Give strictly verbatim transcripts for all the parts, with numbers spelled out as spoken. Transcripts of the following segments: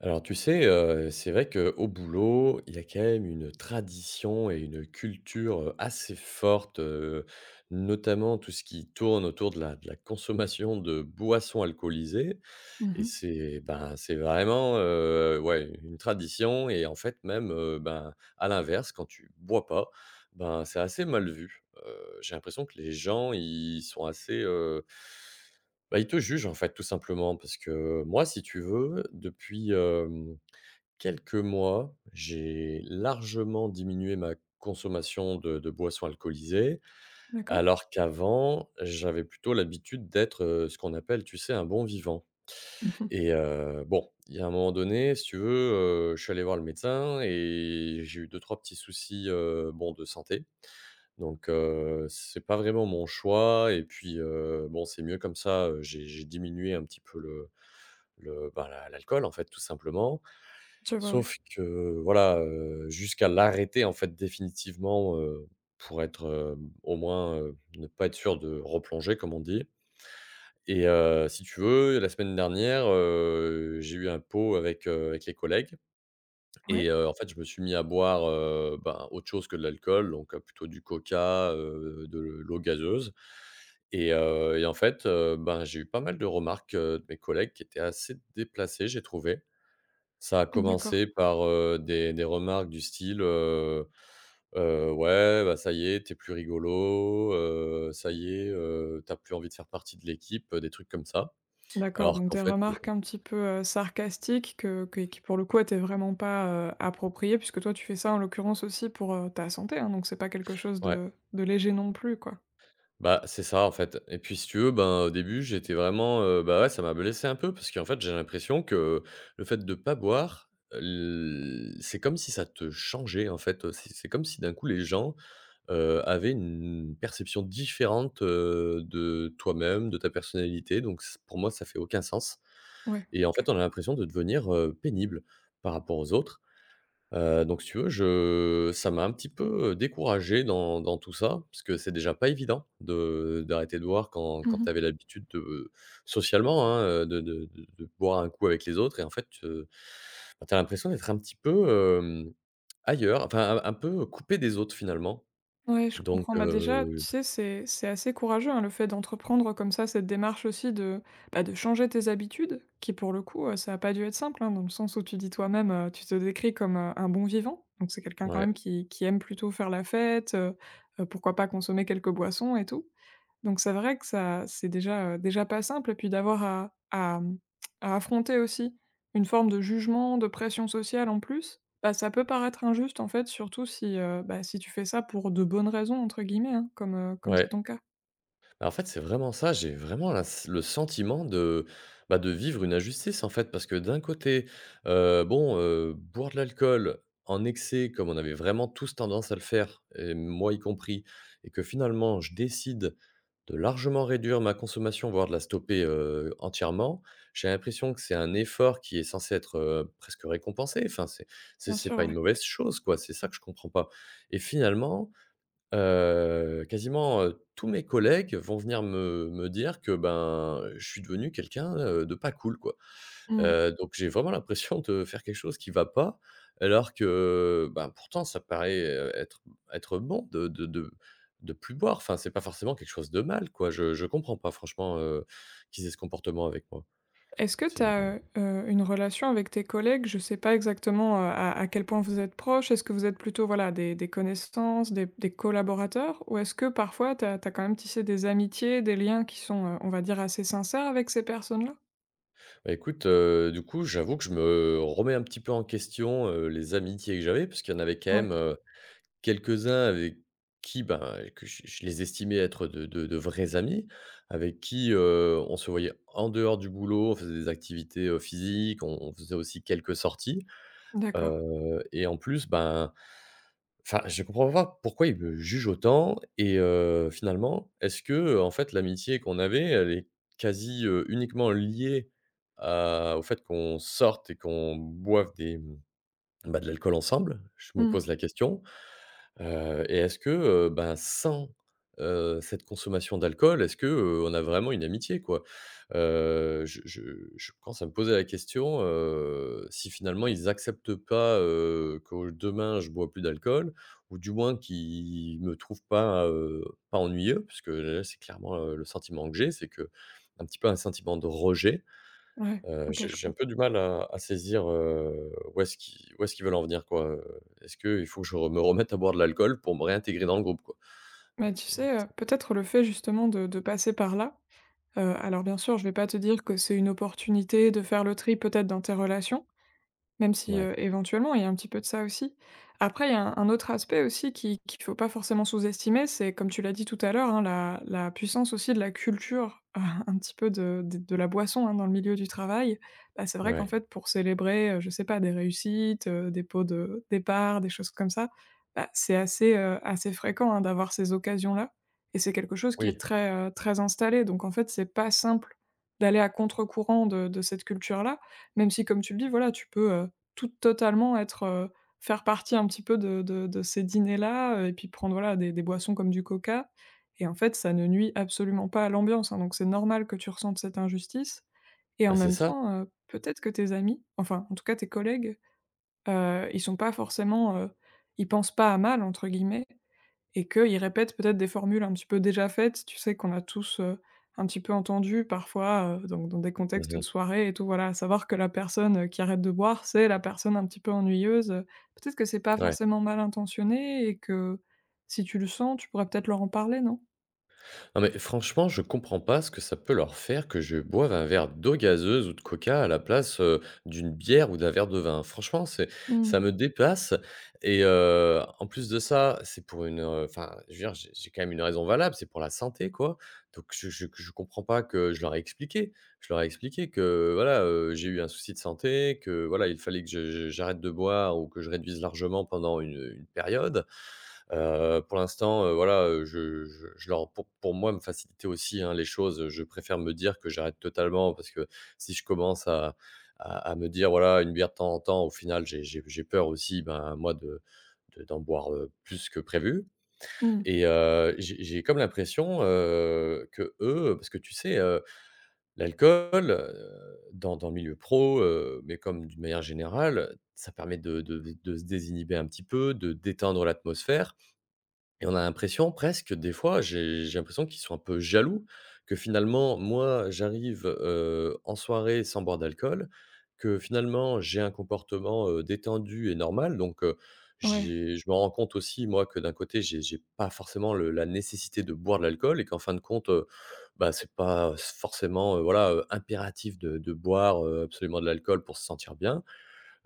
Alors tu sais, heu, c'est vrai qu'au boulot, il y a quand même une tradition et une culture, heu, assez forte, heu, notamment tout ce qui tourne autour de la de la consommation de boissons alcoolisées. Mmh Et mh. c'est ben, c'est vraiment, heu, ouais, une tradition et en fait même, heu, ben, à l'inverse, quand tu bois pas, ben, c'est assez mal vu. Heu, j'ai l'impression que les gens, ils sont assez, heu, bah, ils te jugent, en fait, tout simplement. Parce que moi, si tu veux, depuis, hem, quelques mois, j'ai largement diminué ma consommation de de boissons alcoolisées, D'accord. alors qu'avant, j'avais plutôt l'habitude d'être, heu, ce qu'on appelle, tu sais, un bon vivant. Mmh mh. Et heu, bon, il y a un moment donné, si tu veux, heu, je suis allé voir le médecin et j'ai eu deux trois petits soucis, heu, bon, de santé. Donc heu, c'est pas vraiment mon choix et puis, heu, bon, c'est mieux comme ça, heu, j'ai j'ai diminué un petit peu le le, bah, la l'alcool, en fait, tout simplement. Je vois, ouais. Sauf que, voilà, heu, jusqu'à l'arrêter, en fait, définitivement, heu, pour être, heu, au moins, heu, ne pas être sûr de replonger, comme on dit, et heu, si tu veux, la semaine dernière, heu, j'ai eu un pot avec, heu, avec les collègues Ouais, et heu, en fait, je me suis mis à boire, heu, ben, autre chose que de l'alcool, donc heu, plutôt du coca, heu, de l'eau gazeuse et heu et en fait, heu, ben, j'ai eu pas mal de remarques, heu, de mes collègues qui étaient assez déplacées, j'ai trouvé. Ça a d'accord. commencé par, heu, des des remarques du style, heu heu: «Ouais, bah, ça y est, t'es plus rigolo», heu, «Ça y est, heu, tu plus envie de faire partie de l'équipe», heu, des trucs comme ça. D'accord, Alors donc qu'en des fait, heu, remarques un petit peu, heu, sarcastiques que que qui pour le coup étaient vraiment pas, heu, appropriées puisque toi tu fais ça en l'occurrence aussi pour, heu, ta santé, hein, donc c'est pas quelque chose ouais, de de léger non plus, quoi. bah, c'est ça, en fait et puis si tu veux, ben, au début, j'étais vraiment, heu, bah, ouais, ça m'a blessé un peu parce qu'en fait, j'ai l'impression que le fait de pas boire, l c'est comme si ça te changeait, en fait, heu, c'est c'est comme si d'un coup les gens, heu, avaient une perception différente, heu, de toi-même, de ta personnalité donc c pour moi, ça fait aucun sens Ouais, et en OK. fait, on a l'impression de devenir, heu, pénible par rapport aux autres. Heu, donc si tu veux, je ça m'a un petit peu, euh, découragé dans dans tout ça, parce que c'est déjà pas évident de d'arrêter de boire quand Mmh quand mh. tu avais l'habitude de socialement, hein, heu, de de de de boire un coup avec les autres et en fait, heu, bah, tu as l'impression d'être un petit peu, hem, ailleurs, enfin un un peu coupé des autres finalement. Ouais, je Donc comprends. Bah, déjà, tu heu, sais, c'est c'est assez courageux, hein, le fait d'entreprendre comme ça cette démarche aussi de, bah, de changer tes habitudes, qui pour le coup, heu, ça a pas dû être simple, hein, dans le sens où tu dis toi-même, heu, tu te décris comme, heu, un bon vivant. Donc c'est quelqu'un quand ouais, même qui qui aime plutôt faire la fête, heu heu, pourquoi pas consommer quelques boissons et tout. Donc c'est vrai que ça c'est déjà, heu, déjà pas simple et puis d'avoir à à, mmh, à affronter aussi une forme de jugement, de pression sociale en plus, bah, ça peut paraître injuste en fait, surtout si, heu, bah, si tu fais ça pour de «bonnes raisons» entre guillemets, hein, comme, heu, comme c'est ouais. ton cas. Bah, en fait, c'est vraiment ça. J'ai vraiment la le sentiment de, bah, de vivre une injustice, en fait, parce que d'un côté, heu, bon, heu, boire de l'alcool en excès, comme on avait vraiment tous tendance à le faire et moi y compris et que finalement je décide de largement réduire ma consommation, voire de la stopper, heu, entièrement. J'ai l'impression que c'est un effort qui est censé être, heu, presque récompensé. Enfin, c'est c'est Bien c'est sûr, pas une ouais. mauvaise chose, quoi. C'est ça que je comprends pas et finalement, Heu, quasiment, heu, tous mes collègues vont venir me me dire que, ben, je suis devenu quelqu'un, heu, de pas cool, quoi. Mmh. Heu, donc j'ai vraiment l'impression de faire quelque chose qui va pas, alors que, ben, pourtant ça paraît, heu, être être bon de de de de plus boire. Enfin, c'est pas forcément quelque chose de mal, quoi. Je je comprends pas franchement, heu, qu'ils aient ce comportement avec moi. Est-ce que tu C'est as, une relation avec tes collègues? Je sais pas exactement, heu, à à quel point vous êtes proches. Est-ce que vous êtes plutôt, voilà, des des connaissances, des des collaborateurs? Ou est-ce que parfois tu as quand même tissé des amitiés, des liens qui sont, heu, on va dire assez sincères avec ces personnes-là? bah, écoute, heu, du coup, j'avoue que je me remets un petit peu en question, heu, les amitiés que j'avais, parce qu'il y en avait quand Ouais, même, quelques-uns avec qui, ben, que je je les estimais être de de de vrais amis, avec qui, heu, on se voyait en dehors du boulot, on faisait des activités, heu, physiques, on on faisait aussi quelques sorties, d'accord. heu et en plus, ben, enfin, je comprends pas pourquoi ils me jugent autant et heu, finalement, est-ce que, en fait, l'amitié qu'on avait, elle est quasi, heu, uniquement liée à au fait qu'on sorte et qu'on boive des, mmh, bah, de l'alcool ensemble? Je me Mmh. pose la question. Heu et est-ce que, heu, ben, sans, heu, cette consommation d'alcool, est-ce que, heu, on a vraiment une amitié, quoi? Heu, je je je commence à me poser la question, heu, si finalement ils acceptent pas, heu, que demain je bois plus d'alcool ou du moins qu'ils me trouvent pas, heu, pas ennuyeux puisque là, c'est clairement, heu, le sentiment que j'ai, c'est que un petit peu un sentiment de rejet. Ouais, Heu, OK, j'ai je j'ai un peu comprends. du mal à à saisir, heu, où est-ce qu'ils où est-ce qu'ils veulent en venir, quoi, heu? Est-ce qu'il faut que je re- me remette à boire de l'alcool pour me réintégrer dans le groupe, quoi? Mais tu C'est sais, heu, c'est peut-être le fait justement de de passer par là, heu, alors bien sûr, je vais pas te dire que c'est une opportunité de faire le tri peut-être dans tes relations, même si, ouais, heu, éventuellement, il y a un petit peu de ça aussi. Après, il y a un un autre aspect aussi qui qu'il ne faut pas forcément sous-estimer, c'est comme tu l'as dit tout à l'heure, hein, la la puissance aussi de la culture, un petit peu de de de la boisson, hein, dans le milieu du travail. Bah, c'est vrai qu'en ouais. fait, pour célébrer, heu, je sais pas, des réussites, heu, des pots de départ, des choses comme ça, bah, c'est assez, heu, assez fréquent, hein, d'avoir ces occasions-là et c'est quelque chose qui est Oui, très, heu, très installé. Donc en fait, c'est pas simple d'aller à contre-courant de de cette culture-là, même si, comme tu le dis, voilà, tu peux, tout totalement être, heu, faire partie un petit peu de de de ces dîners-là, heu, et puis prendre, voilà, des des boissons comme du coca et en fait, ça ne nuit absolument pas à l'ambiance, hein, donc c'est normal que tu ressentes cette injustice et en ah c'est même ça. temps, heu, peut-être que tes amis, enfin, en tout cas tes collègues, heu, ils sont pas forcément, heu, ils «pensent pas à mal» entre guillemets et qu'ils répètent peut-être des formules un petit peu déjà faites, tu sais, qu'on a tous, heu, un petit peu entendu parfois, heu, donc dans des contextes de Mmh. soirée et tout, voilà. À savoir que la personne, heu, qui arrête de boire, c'est la personne un petit peu ennuyeuse, heu. Peut-être que c'est pas Ouais. forcément mal intentionné et que, si tu le sens, tu pourrais peut-être leur en parler, non? Non mais franchement, je comprends pas ce que ça peut leur faire que je boive un verre d'eau gazeuse ou de coca à la place, heu, d'une bière ou d'un verre de vin. Franchement, c'est Mmh. ça me dépasse et heu, en plus de ça, c'est pour une, heu, enfin, je veux dire, j'ai j'ai quand même une raison valable, c'est pour la santé, quoi. Donc je je je comprends pas que je leur ai expliqué. Je leur ai expliqué que, voilà, heu, j'ai eu un souci de santé, que voilà, il fallait que je je j'arrête de boire ou que je réduise largement pendant une, une période. Heu, pour l'instant, heu, voilà, euh, je je je leur pour pour moi me faciliter aussi, hein, les choses, je préfère me dire que j'arrête totalement parce que si je commence à à à me dire: «Voilà, une bière de temps en temps», au final, j'ai j'ai j'ai peur aussi, ben, moi, de de d'en boire, heu, plus que prévu Mmh. et heu, j'ai j'ai comme l'impression, euh, que eux, parce que tu sais, heu, l'alcool, heu, dans dans le milieu pro, heu, mais comme d'une manière générale, ça permet de de de se désinhiber un petit peu, de détendre l'atmosphère et on a l'impression presque des fois, j'ai j'ai l'impression qu'ils sont un peu jaloux, que finalement moi j'arrive, heu, en soirée sans boire d'alcool, que finalement j'ai un comportement, heu, détendu et normal donc, heu, Ouais. j'ai je me rends compte aussi moi que d'un côté j'ai j'ai pas forcément le la nécessité de boire de l'alcool et qu'en fin de compte, heu, bah, c'est pas forcément, heu, voilà, heu, impératif de de boire, heu, absolument de l'alcool pour se sentir bien.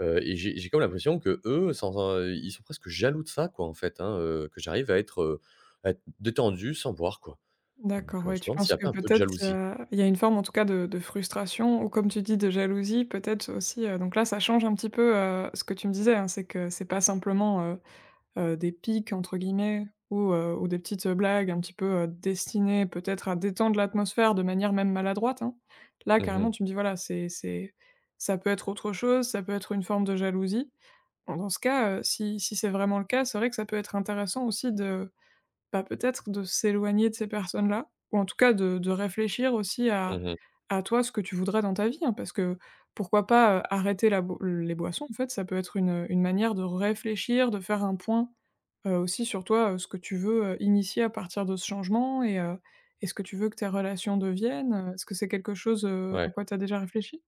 Heu et j'ai j'ai comme l'impression qu'eux, sans un ils sont presque jaloux de ça, quoi, en fait, hein, heu, que j'arrive à être, heu, à être détendu sans boire, quoi. Donc D'accord, heu, ouais, je me tu demande s'il penses y a que pas un peu de peut-être il y jalousie? a il y a une forme en tout cas de de frustration ou comme tu dis de jalousie peut-être aussi, heu, donc là ça change un petit peu, heu, ce que tu me disais, hein, c'est que c'est pas simplement, euh, heu, des pics entre guillemets ou heu, ou des petites blagues un petit peu, heu, destinées peut-être à détendre l'atmosphère de manière même maladroite, hein. Là, Mmh carrément, mh. tu me dis, voilà, c'est c'est ça peut être autre chose, ça peut être une forme de jalousie. Bon, dans ce cas, heu, si si c'est vraiment le cas, c'est vrai que ça peut être intéressant aussi de bah, peut-être de s'éloigner de ces personnes-là ou en tout cas de de réfléchir aussi à Mmh. à toi ce que tu voudrais dans ta vie, hein, parce que pourquoi pas, heu, arrêter la bo les boissons en fait, ça peut être une, une manière de réfléchir, de faire un point, heu, aussi sur toi, heu, ce que tu veux, heu, initier à partir de ce changement et heu et ce que tu veux que tes relations deviennent, heu, est-ce que c'est quelque chose, heu, à Ouais. quoi tu as déjà réfléchi?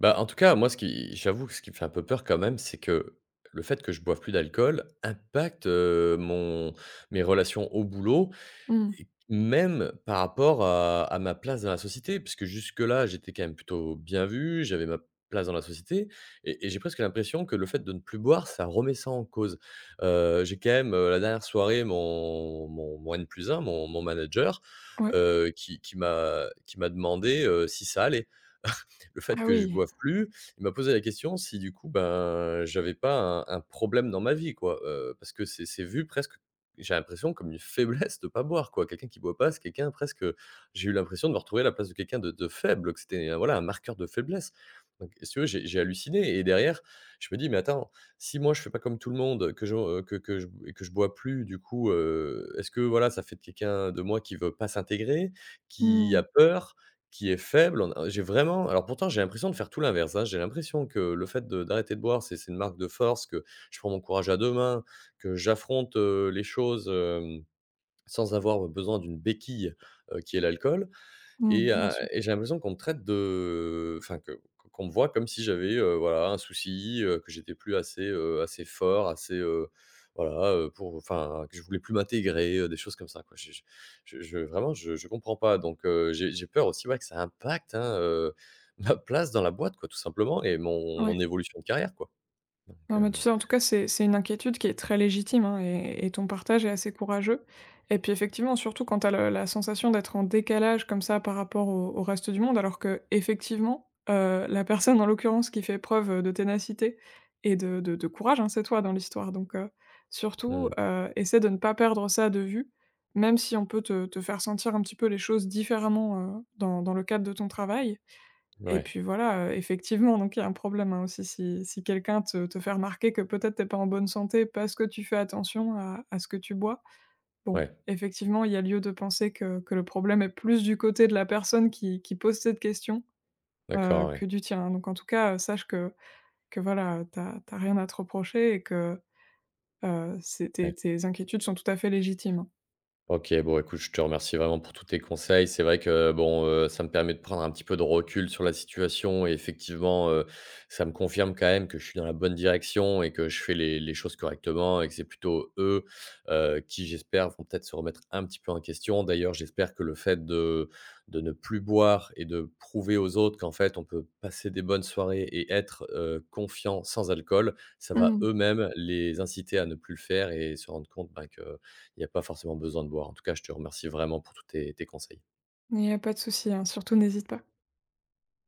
Bah, en tout cas, moi, ce qui j'avoue que ce qui me fait un peu peur quand même, c'est que le fait que je boive plus d'alcool impacte, heu, mon mes relations au boulot Mmh. et même par rapport à à ma place dans la société, puisque jusque-là, j'étais quand même plutôt bien vu, j'avais ma place dans la société et et j'ai presque l'impression que le fait de ne plus boire, ça remet ça en cause. Heu, j'ai quand même, heu, la dernière soirée, mon mon mon N plus un, mon mon manager, Ouais. heu, qui qui m'a qui m'a demandé, heu, si ça allait le fait Ah que je oui. boive plus, il m'a posé la question si du coup, ben, j'avais pas un un problème dans ma vie quoi, heu, parce que c'est c'est vu presque, j'ai l'impression comme une faiblesse de pas boire quoi. Quelqu'un qui boit pas, c'est quelqu'un presque, j'ai eu l'impression de me retrouver à la place de quelqu'un de de faible, que c'était, euh, voilà, un marqueur de faiblesse. Donc si tu veux, j'ai j'ai halluciné et derrière, je me dis: «Mais attends, si moi je fais pas comme tout le monde, que je, heu, que que je et que je bois plus du coup, heu, est-ce que voilà, ça fait de quelqu'un de moi qui veut pas s'intégrer, qui Mmh. a peur?» Qui est faible, on a j'ai vraiment alors pourtant j'ai l'impression de faire tout l'inverse, hein. J'ai l'impression que le fait de d'arrêter de boire, c'est c'est une marque de force, que je prends mon courage à deux mains, que j'affronte, heu, les choses, hem, sans avoir besoin d'une béquille, heu, qui est l'alcool Mmh. et Bien heu sûr. et j'ai l'impression qu'on me traite de enfin, que qu'on me voit comme si j'avais, heu, voilà, un souci, heu, que j'étais plus assez, heu, assez fort, assez, heu, voilà, heu, pour enfin, que je voulais plus m'intégrer, heu, des choses comme ça, quoi. Je je je je vraiment, je je comprends pas donc heu, j'ai j'ai peur aussi, ouais, que ça impacte, hein, heu, ma place dans la boîte, quoi, tout simplement et mon Ouais. mon évolution de carrière, quoi donc Non, heu, mais tu sais, en tout cas, c'est c'est une inquiétude qui est très légitime, hein, et et ton partage est assez courageux. Et puis, effectivement, surtout quand tu as la sensation d'être en décalage comme ça par rapport au au reste du monde, alors qu'effectivement, heu, la personne, en l'occurrence, qui fait preuve, de ténacité et de de de courage, hein, c'est toi dans l'histoire. Donc, heu, surtout, mmh, heu, essaie de ne pas perdre ça de vue, même si on peut te te faire sentir un petit peu les choses différemment, heu, dans dans le cadre de ton travail. Et ouais, puis voilà, heu, effectivement, donc il y a un problème, hein, aussi si si quelqu'un te te fait remarquer que peut-être t'es pas en bonne santé parce que tu fais attention à à ce que tu bois. Bon, ouais, effectivement, il y a lieu de penser que que le problème est plus du côté de la personne qui qui pose cette question, heu, d'accord, que ouais, du tien, hein. Donc en tout cas, heu, sache que que voilà, t'as t'as rien à te reprocher et que, heu, c'est tes ouais. tes inquiétudes sont tout à fait légitimes, hein. OK, bon écoute, je te remercie vraiment pour tous tes conseils. C'est vrai que bon, heu, ça me permet de prendre un petit peu de recul sur la situation et effectivement, heu, ça me confirme quand même que je suis dans la bonne direction et que je fais les les choses correctement et que c'est plutôt eux, heu, qui j'espère vont peut-être se remettre un petit peu en question. D'ailleurs, j'espère que le fait de de ne plus boire et de prouver aux autres qu'en fait on peut passer des bonnes soirées et être, heu, confiant sans alcool, ça va Mmh. eux-mêmes les inciter à ne plus le faire et se rendre compte, ben, que il n'y a pas forcément besoin de boire. En tout cas, je te remercie vraiment pour tous tes tes conseils. Il y a pas de souci, hein, surtout n'hésite pas.